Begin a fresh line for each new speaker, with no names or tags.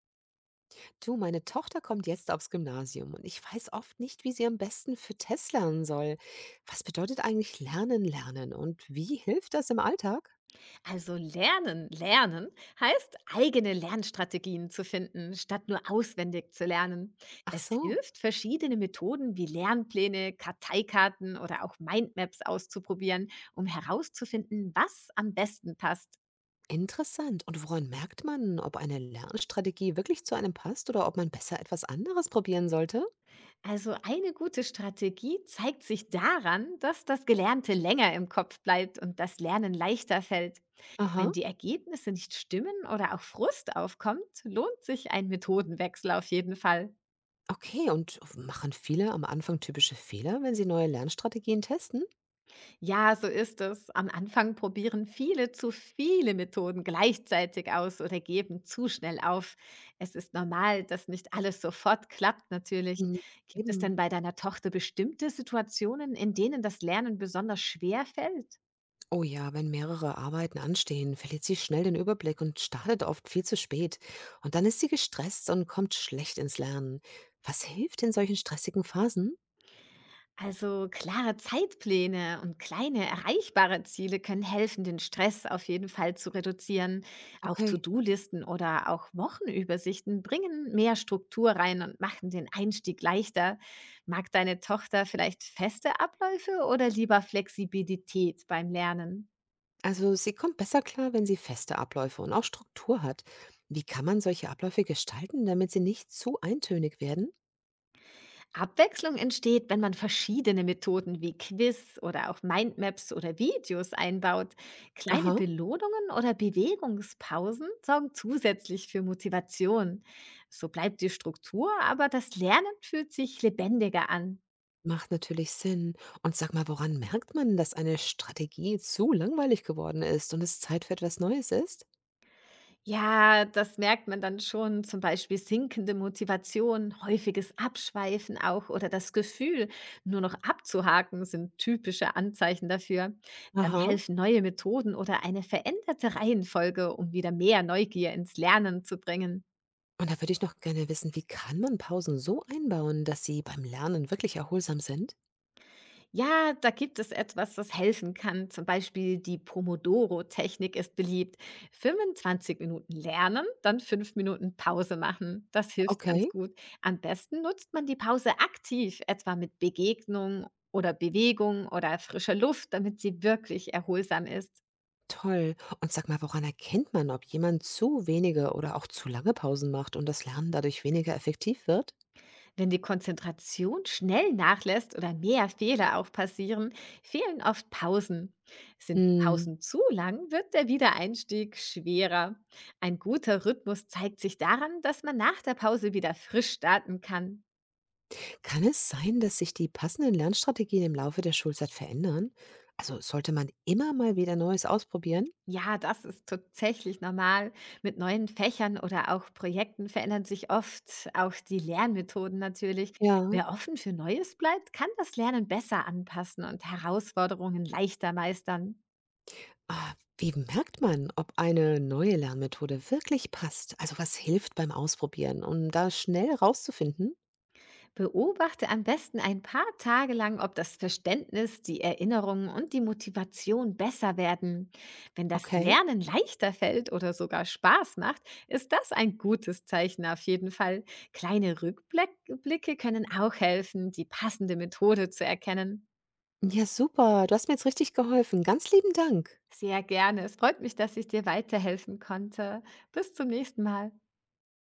Du, meine Tochter kommt jetzt aufs Gymnasium und ich weiß oft nicht, wie sie am besten für Tests lernen soll. Was bedeutet eigentlich Lernen, Lernen und wie hilft das im Alltag?
Also lernen, lernen heißt eigene Lernstrategien zu finden, statt nur auswendig zu lernen.
Ach
Es
so,
hilft, verschiedene Methoden wie Lernpläne, Karteikarten oder auch Mindmaps auszuprobieren, um herauszufinden, was am besten passt.
interessant. Und woran merkt man, ob eine Lernstrategie wirklich zu einem passt oder ob man besser etwas anderes probieren sollte?
Also eine gute Strategie zeigt sich daran, dass das Gelernte länger im Kopf bleibt und das Lernen leichter fällt.
Aha,
Wenn die Ergebnisse nicht stimmen oder auch Frust aufkommt, lohnt sich ein Methodenwechsel auf jeden Fall.
okay. Und machen viele am Anfang typische Fehler, wenn sie neue Lernstrategien testen?
Ja, so ist es. Am Anfang probieren viele zu viele Methoden gleichzeitig aus oder geben zu schnell auf. Es ist normal, dass nicht alles sofort klappt, natürlich.
Ja,
Gibt es
eben.
denn bei deiner Tochter bestimmte Situationen, in denen das Lernen besonders schwer fällt?
Oh ja, wenn mehrere Arbeiten anstehen, verliert sie schnell den Überblick und startet oft viel zu spät. Und dann ist sie gestresst und kommt schlecht ins Lernen. Was hilft in solchen stressigen Phasen?
Also klare Zeitpläne und kleine erreichbare Ziele können helfen, den Stress auf jeden Fall zu reduzieren. Auch
Okay,
To-Do-Listen oder auch Wochenübersichten bringen mehr Struktur rein und machen den Einstieg leichter. Mag deine Tochter vielleicht feste Abläufe oder lieber Flexibilität beim Lernen?
also sie kommt besser klar, wenn sie feste Abläufe und auch Struktur hat. Wie kann man solche Abläufe gestalten, damit sie nicht zu eintönig werden?
Abwechslung entsteht, wenn man verschiedene Methoden wie Quiz oder auch Mindmaps oder Videos einbaut. Kleine
Aha,
Belohnungen oder Bewegungspausen sorgen zusätzlich für Motivation. So bleibt die Struktur, aber das Lernen fühlt sich lebendiger an.
macht natürlich Sinn. Und sag mal, woran merkt man, dass eine Strategie zu langweilig geworden ist und es Zeit für etwas Neues ist?
Ja, das merkt man dann schon, zum Beispiel sinkende Motivation, häufiges Abschweifen auch oder das Gefühl, nur noch abzuhaken, sind typische Anzeichen dafür. Dann
Aha.
helfen neue Methoden oder eine veränderte Reihenfolge, um wieder mehr Neugier ins Lernen zu bringen.
Und da würde ich noch gerne wissen, wie kann man Pausen so einbauen, dass sie beim Lernen wirklich erholsam sind?
Ja, da gibt es etwas, das helfen kann. Zum Beispiel die Pomodoro-Technik ist beliebt. 25 Minuten lernen, dann 5 Minuten Pause machen. Das hilft ganz
Okay.
gut. Am besten nutzt man die Pause aktiv, etwa mit Begegnung oder Bewegung oder frischer Luft, damit sie wirklich erholsam ist.
Toll. Und sag mal, woran erkennt man, ob jemand zu wenige oder auch zu lange Pausen macht und das Lernen dadurch weniger effektiv wird?
Wenn die Konzentration schnell nachlässt oder mehr Fehler auch passieren, fehlen oft Pausen. Sind die
Hm.
Pausen zu lang, wird der Wiedereinstieg schwerer. Ein guter Rhythmus zeigt sich daran, dass man nach der Pause wieder frisch starten kann.
Kann es sein, dass sich die passenden Lernstrategien im Laufe der Schulzeit verändern? Also sollte man immer mal wieder Neues ausprobieren?
Ja, das ist tatsächlich normal. Mit neuen Fächern oder auch Projekten verändern sich oft auch die Lernmethoden natürlich.
Ja.
Wer offen für Neues bleibt, kann das Lernen besser anpassen und Herausforderungen leichter meistern.
Ah, wie merkt man, ob eine neue Lernmethode wirklich passt? Also was hilft beim Ausprobieren, um da schnell rauszufinden?
Beobachte am besten ein paar Tage lang, ob das Verständnis, die Erinnerung und die Motivation besser werden. Wenn das
Okay.
Lernen leichter fällt oder sogar Spaß macht, ist das ein gutes Zeichen auf jeden Fall. Kleine Rückblicke können auch helfen, die passende Methode zu erkennen.
Ja, super. Du hast mir jetzt richtig geholfen. Ganz lieben Dank.
Sehr gerne. Es freut mich, dass ich dir weiterhelfen konnte. Bis zum nächsten Mal.